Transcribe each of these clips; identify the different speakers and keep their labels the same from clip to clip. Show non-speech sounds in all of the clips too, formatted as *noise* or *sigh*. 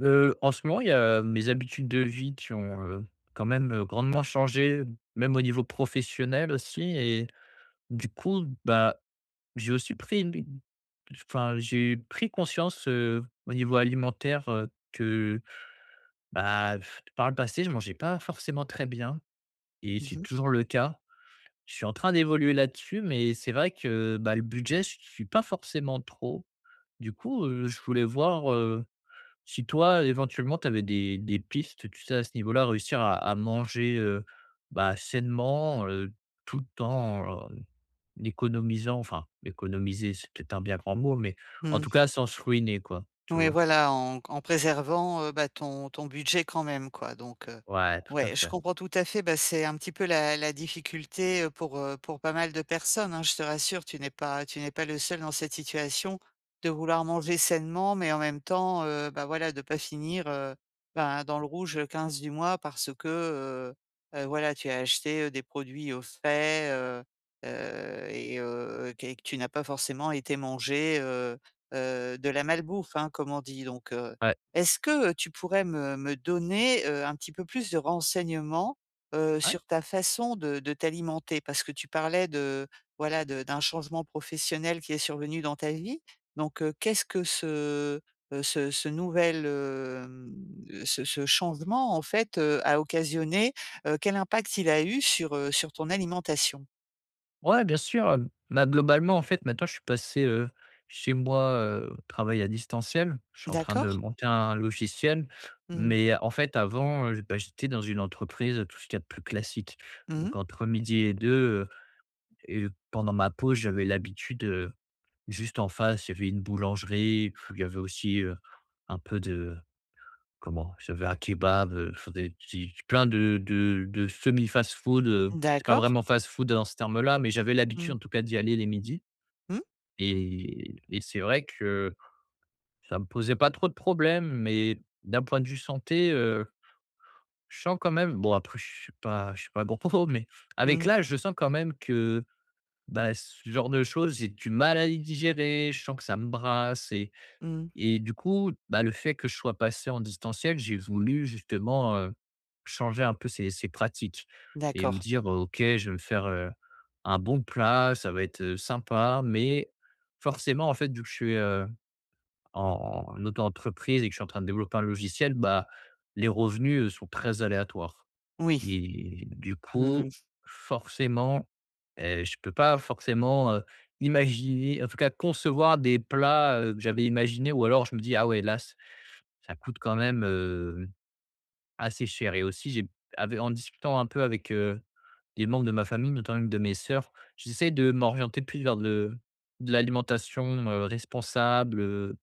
Speaker 1: En ce moment, il y a mes habitudes de vie qui ont, quand même, grandement changé, même au niveau professionnel aussi et du coup, bah, j'ai aussi pris une enfin, j'ai pris conscience, au niveau alimentaire, que, bah, par le passé, je mangeais pas forcément très bien et
Speaker 2: Mmh
Speaker 1: c'est
Speaker 2: mh.
Speaker 1: toujours le cas. Je suis en train d'évoluer là-dessus, mais c'est vrai que, bah, le budget, je suis pas forcément trop. Du coup, je voulais voir si toi, éventuellement, tu avais des pistes, tu sais, à ce niveau-là, réussir à manger, bah, sainement, tout en économisant, enfin, économiser, c'est peut-être un bien grand mot, mais en
Speaker 2: Mmh.
Speaker 1: tout cas, sans se ruiner, quoi, tu
Speaker 2: Oui,
Speaker 1: vois?
Speaker 2: voilà, en préservant, bah, ton budget quand même, quoi, donc
Speaker 1: Ouais, tout à
Speaker 2: ouais, je
Speaker 1: fait.
Speaker 2: comprends tout à fait, bah, c'est un petit peu la difficulté, pour pas mal de personnes, hein. Je te rassure, tu n'es pas le seul dans cette situation de vouloir manger sainement, mais en même temps, bah, voilà, de pas finir, ben, dans le rouge le 15 du mois parce que, voilà, tu as acheté, des produits au frais, et que tu n'as pas forcément été mangé. De la malbouffe, hein, comme on dit donc,
Speaker 1: Ouais.
Speaker 2: est-ce que, tu pourrais me donner, un petit peu plus de renseignements,
Speaker 1: Ouais.
Speaker 2: sur ta façon de t'alimenter? Parce que tu parlais de, voilà, de d'un changement professionnel qui est survenu dans ta vie donc, qu'est-ce que ce, ce ce nouvel, hem, ce ce changement en fait, a occasionné? Quel impact il a eu sur, ton alimentation?
Speaker 1: Ouais, bien sûr, hem, bah, globalement, en fait, maintenant, je suis passé, chez moi, au travail à distanciel. Je suis en train de
Speaker 2: D'accord?
Speaker 1: monter un logiciel,
Speaker 2: Mmh.
Speaker 1: mais en fait, avant, bah, j'étais dans une entreprise, tout ce qu'il y a de plus classique.
Speaker 2: Mmh.
Speaker 1: Donc entre midi et 2, heu et pendant ma pause, j'avais l'habitude, juste en face, il y avait une boulangerie, puis il y avait aussi, un peu de... Comment? J'avais un kebab, enfin des petits plein de semi fast food, c'est pas
Speaker 2: D'accord.
Speaker 1: vraiment fast food dans ce terme-là, mais j'avais l'habitude
Speaker 2: Mmh.
Speaker 1: en tout cas d'y aller les midis
Speaker 2: Mmh.
Speaker 1: et c'est vrai que ça me posait pas trop de problèmes, mais d'un point de vue santé, je sens quand même, bon, après je suis pas *laughs* gourmand, mais avec
Speaker 2: Mmh.
Speaker 1: l'âge, je sens quand même que, bah, ce genre de choses, j'ai du mal à les digérer, je sens que ça me brasse.
Speaker 2: Mmh.
Speaker 1: Et du coup, bah, le fait que je sois passé en distanciel, j'ai voulu justement, changer un peu ces pratiques et me
Speaker 2: D'accord.
Speaker 1: dire: «OK, je vais me faire, un bon plat, ça va être, sympa». Mais forcément, en fait, vu que je suis en auto-entreprise et que je suis en train de développer un logiciel, bah, les revenus, sont très aléatoires
Speaker 2: Oui.
Speaker 1: et du
Speaker 2: Mmh
Speaker 1: coup,
Speaker 2: mh.
Speaker 1: forcément, je peux pas forcément, imaginer, en tout cas concevoir des plats, que j'avais imaginés, ou alors je me dis: «Ah ouais, là, ç ça coûte quand même, assez cher». Et aussi j'ai... avec en discutant un peu avec, des membres de ma famille, notamment une de mes sœurs. J'essaie de m'orienter plus vers de l'alimentation, responsable,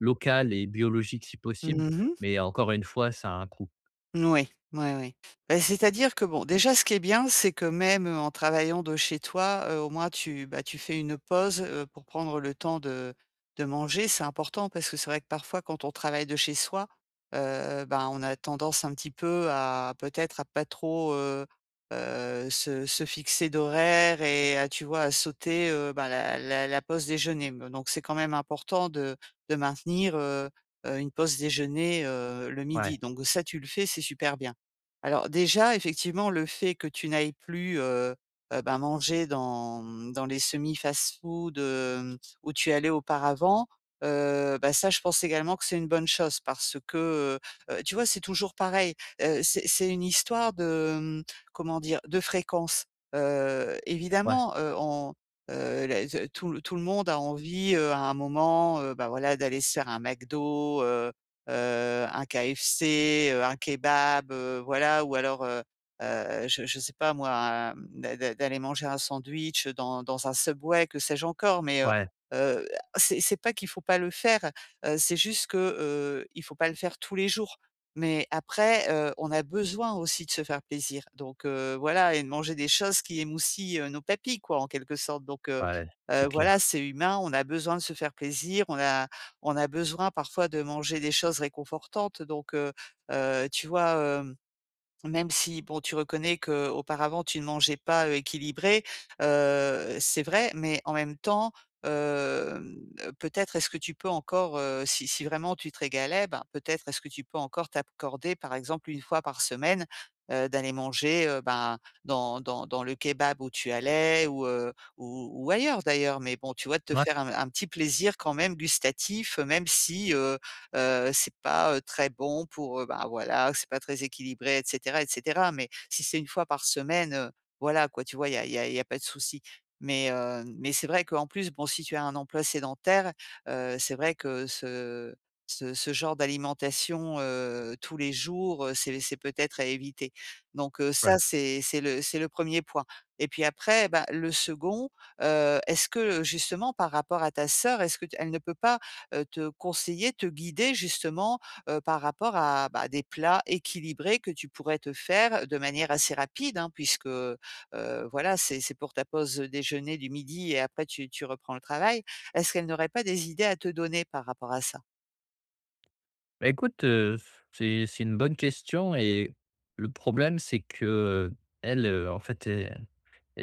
Speaker 1: locale et biologique si possible,
Speaker 2: Mmh.
Speaker 1: mais encore une fois, ça a un coût.
Speaker 2: Oui, oui, oui. Bah, c'est-à-dire que bon, déjà ce qui est bien, c'est que même, en travaillant de chez toi, au moins tu bah, tu fais une pause, pour prendre le temps de manger. C'est important parce que c'est vrai que parfois quand on travaille de chez soi, ben, on a tendance un petit peu à peut-être à pas trop, se fixer d'horaire et à tu vois, à sauter, bah, la pause déjeuner, donc c'est quand même important de maintenir, une pause déjeuner, le
Speaker 1: Ouais,
Speaker 2: midi, donc ça, tu le fais, c'est super bien. Alors déjà, effectivement, le fait que tu n'ailles plus, ben, manger dans les semi-fast-food, où tu allais auparavant, bah, ça, je pense également que c'est une bonne chose parce que, tu vois, c'est toujours pareil, c'est une histoire de, comment dire? De fréquence. Heu,
Speaker 1: ouais,
Speaker 2: évidemment, on la ze tout le monde a envie, à un moment, bah, voilà, d'aller se faire un McDo, un KFC, un kebab, voilà ou alors, je sais pas moi, un d'a d'a d'aller manger un sandwich, dans un Subway, que sais-je encore mais
Speaker 1: ouais,
Speaker 2: heu, c'est pas qu'il faut pas le faire, c'est juste que, il faut pas le faire tous les jours. Mais après, on a besoin aussi de se faire plaisir, donc voilà et de manger des choses qui émoussent nos papilles quoi, en quelque sorte, donc
Speaker 1: ouais, c'est
Speaker 2: voilà,
Speaker 1: clair.
Speaker 2: c'est humain, on a besoin de se faire plaisir, on a besoin parfois de manger des choses réconfortantes, donc tu vois, hem même si, bon, tu reconnais que auparavant tu ne mangeais pas, équilibré, c'est vrai, mais en même temps, hem, peut-être est-ce que tu peux encore, si vraiment tu te régalais, ben, peut-être est-ce que tu peux encore t'accorder, par exemple, une fois par semaine, d'aller manger, ben, dans le kebab où tu allais ou ailleurs d'ailleurs, mais bon, tu vois, de te
Speaker 1: Ouais,
Speaker 2: faire un petit plaisir quand même gustatif, même si, c'est pas, très bon pour, ben, voilà, c'est pas très équilibré et cetera et cetera. Mais si c'est une fois par semaine, voilà quoi, tu vois? Il y a pas de souci. Mais c'est vrai qu'en plus, bon, si tu as un emploi sédentaire, c'est vrai que ce genre d'alimentation, tous les jours, c'est peut-être à éviter. Donc, ça
Speaker 1: ouais.
Speaker 2: c'est le premier point. Et puis après, bah, le second, est-ce que, justement par rapport à ta sœur, est-ce que t elle ne peut pas te conseiller, te guider justement, par rapport à, bah, des plats équilibrés que tu pourrais te faire de manière assez rapide, hein, puisque, voilà, c'est pour ta pause, déjeuner du midi et après tu reprends le travail. Est-ce qu'elle n'aurait pas des idées à te donner par rapport à ça?
Speaker 1: Bah, écoute, c'est une bonne question. Et le problème, c'est qu'elle, en fait, elle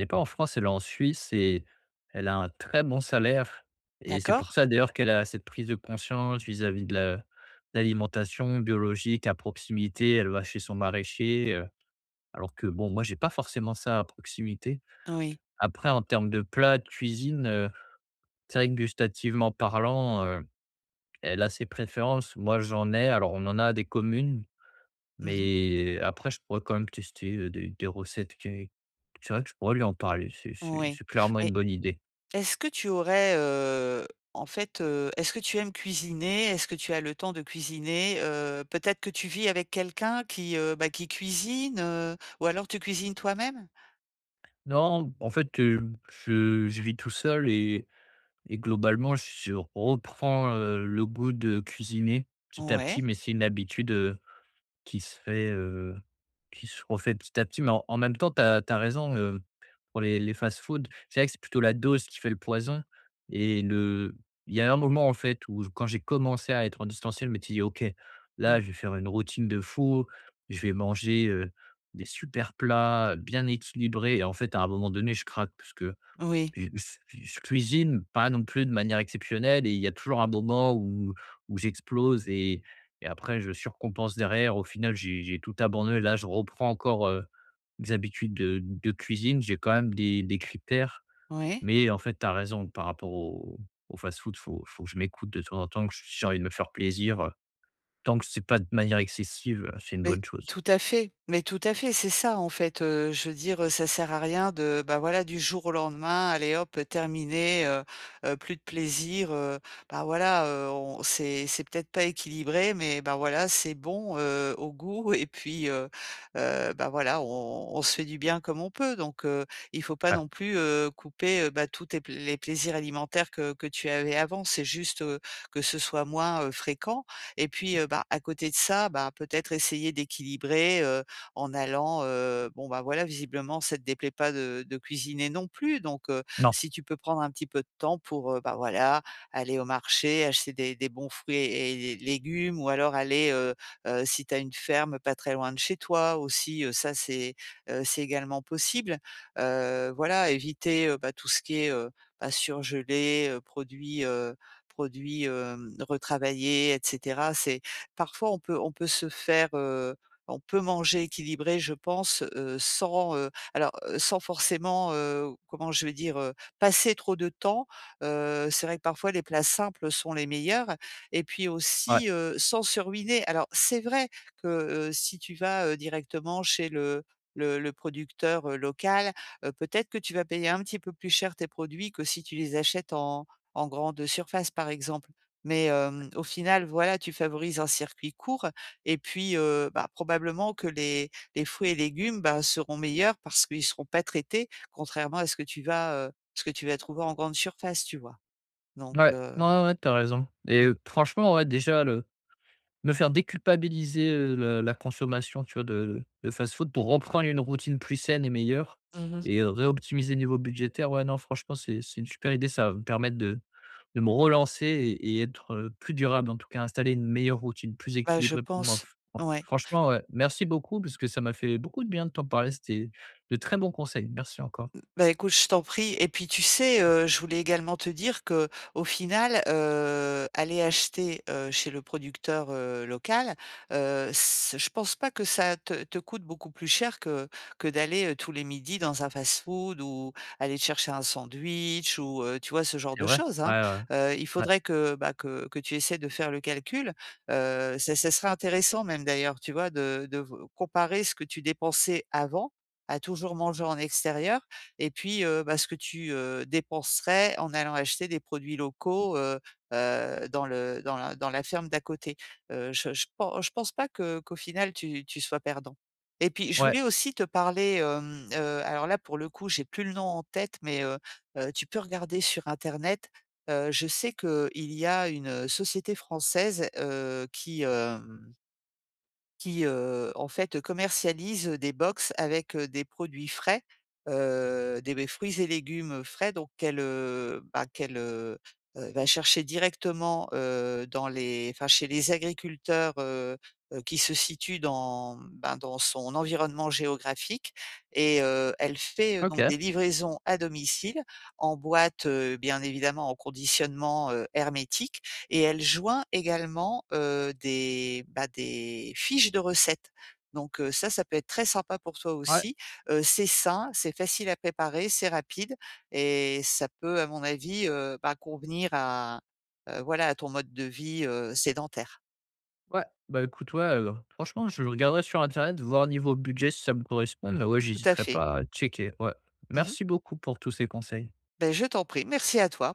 Speaker 1: est pas en France, elle est en Suisse et elle a un très bon salaire, et c'est pour
Speaker 2: D'accord?
Speaker 1: ça d'ailleurs qu'elle a cette prise de conscience vis-à-vis de la... l'alimentation biologique à proximité. Elle va chez son maraîcher, alors que bon, moi j'ai pas forcément ça à proximité.
Speaker 2: Oui.
Speaker 1: Après, en termes de plats, de cuisine, c'est vrai que gustativement parlant, elle a ses préférences. Moi j'en ai, alors on en a des communes,
Speaker 2: Mmh.
Speaker 1: mais après je pourrais quand même tester, des recettes qui... c'est vrai que je pourrais lui en parler. C'est c'est
Speaker 2: Oui.
Speaker 1: c'est clairement une bonne idée.
Speaker 2: Est-ce que tu aimes cuisiner? Est-ce que tu as le temps de cuisiner? Peut-être que tu vis avec quelqu'un qui, bah, qui cuisine, ou alors tu cuisines toi-même?
Speaker 1: Non, en fait, je vis tout seul. Et globalement, je reprends, le goût de cuisiner petit à petit,
Speaker 2: Ouais.
Speaker 1: mais c'est une habitude, qui se fait, qui se refait petit à petit. Mais en même temps, tu as raison, pour les fast-food, c'est vrai que c'est plutôt la dose qui fait le poison. Et le il y a un moment, en fait, où quand j'ai commencé à être en distanciel, je m'étais dit: «OK, là,
Speaker 2: Mmh.
Speaker 1: je vais faire une routine de fou, je vais manger, des super plats, bien équilibrés», et en fait, à un moment donné, je craque parce que...
Speaker 2: Oui,
Speaker 1: et c je cuisine pas non plus de manière exceptionnelle et il y a toujours un moment où j'explose et après je surcompense derrière. Au final, j'ai tout abandonné. Là, je reprends encore, mes habitudes de cuisine. J'ai quand même des critères,
Speaker 2: oui.
Speaker 1: mais en fait, tu as raison par rapport au fast-food, faut que je m'écoute de temps en temps, que j'ai envie de me faire plaisir, tant que c'est pas de manière excessive, c'est une
Speaker 2: Mais
Speaker 1: bonne chose.
Speaker 2: tout à fait, mais tout à fait, c'est ça en fait, je veux dire, ça sert à rien de, bah, voilà, du jour au lendemain, allez hop, terminé, plus de plaisir, bah, voilà, on c'est peut-être pas équilibré, mais bah, voilà, c'est bon, au goût et puis, bah, voilà, on se fait du bien comme on peut donc il faut pas
Speaker 1: Ouais,
Speaker 2: non plus, couper, bah, tous tes pl les plaisirs alimentaires que tu avais avant. C'est juste, que ce soit moins, fréquent et puis, bah, à côté de ça, bah, peut-être essayer d'équilibrer, en allant, bon, bah, voilà, visiblement ça ne te déplaît pas de cuisiner non plus donc
Speaker 1: non,
Speaker 2: si tu peux prendre un petit peu de temps pour, bah, voilà, aller au marché, acheter des bons fruits et légumes ou alors aller, si tu as une ferme pas très loin de chez toi aussi, c'est également possible. Voilà, éviter, bah, tout ce qui est, bah, surgelé, produits, retravaillés et cetera. C'est parfois on peut manger équilibré, je pense, sans forcément, comment je vais dire? Passer trop de temps. C'est vrai que parfois les plats simples sont les meilleurs et puis
Speaker 1: ouais,
Speaker 2: aussi, sans se ruiner. Alors c'est vrai que, si tu vas, directement chez le le producteur, local, peut-être que tu vas payer un petit peu plus cher tes produits que si tu les achètes en grande surface, par exemple. Mais au final, voilà, tu favorises un circuit court et puis, bah, probablement que les fruits et légumes, bah, seront meilleurs parce qu'ils seront pas traités, contrairement à ce que tu vas, ce que tu vas trouver en grande surface, tu vois? Donc
Speaker 1: ouais, non, ouais, t'as raison. Et
Speaker 2: mmh.
Speaker 1: franchement, ouais, déjà le me faire déculpabiliser, le la consommation, tu vois, de fast-food pour reprendre une routine plus saine et meilleure.
Speaker 2: Mmh.
Speaker 1: Et réoptimiser le niveau budgétaire. Ouais, non, franchement, c'est une super idée. Ça va me permettre de me relancer et être, plus durable, en tout cas, installer une meilleure routine, plus
Speaker 2: Bah, je
Speaker 1: équilibrée pour moi.
Speaker 2: pense,
Speaker 1: F
Speaker 2: ouais.
Speaker 1: Franchement, ouais, merci beaucoup parce que ça m'a fait beaucoup de bien de t'en parler. C'était de très bons conseils. Merci encore.
Speaker 2: Bah, écoute, je t'en prie et puis tu sais, je voulais également te dire que, au final, aller acheter, chez le producteur, local, c je pense pas que ça te coûte beaucoup plus cher que d'aller, tous les midis dans un fast-food ou aller te chercher un sandwich ou, tu vois, ce genre
Speaker 1: C'est
Speaker 2: de
Speaker 1: vrai?
Speaker 2: choses,
Speaker 1: Ouais,
Speaker 2: hein.
Speaker 1: ouais.
Speaker 2: Il
Speaker 1: Ouais.
Speaker 2: faudrait que, bah, que tu essaies de faire le calcul, ça serait intéressant même d'ailleurs, tu vois, de v comparer ce que tu dépensais avant à toujours manger en extérieur et puis, bah, ce que tu, dépenserais en allant acheter des produits locaux, dans la ferme d'à côté. Je pense pas que qu'au final tu sois perdant. Et puis je
Speaker 1: Ouais,
Speaker 2: voulais aussi te parler, alors là pour le coup, j'ai plus le nom en tête, mais tu peux regarder sur internet. Je sais qu'il y a une, société française, qui, en fait, commercialise des box avec, des produits frais, des fruits et légumes frais donc qu'elle, bah, qu'elle, va chercher directement, dans les enfin chez les agriculteurs, qui se situent ben, dans son environnement géographique et elle fait, donc
Speaker 1: OK.
Speaker 2: des livraisons à domicile en boîte, bien évidemment en conditionnement, hermétique et elle joint également, bah, des fiches de recettes. Donc, ça, ça peut être très sympa pour toi
Speaker 1: Ouais,
Speaker 2: aussi. C'est sain, c'est facile à préparer, c'est rapide et ça peut à mon avis, bah, convenir à, voilà, à ton mode de vie, sédentaire.
Speaker 1: ouais. Bah, écoute, ouais, franchement, je regarderai sur internet, voir niveau budget si ça me correspond. Bah, ouais,
Speaker 2: Tout à
Speaker 1: j'hésiterai
Speaker 2: fait.
Speaker 1: pas à checker, ouais.
Speaker 2: Mmh mh.
Speaker 1: Merci beaucoup pour tous ces conseils.
Speaker 2: Ben, je t'en prie, merci à toi.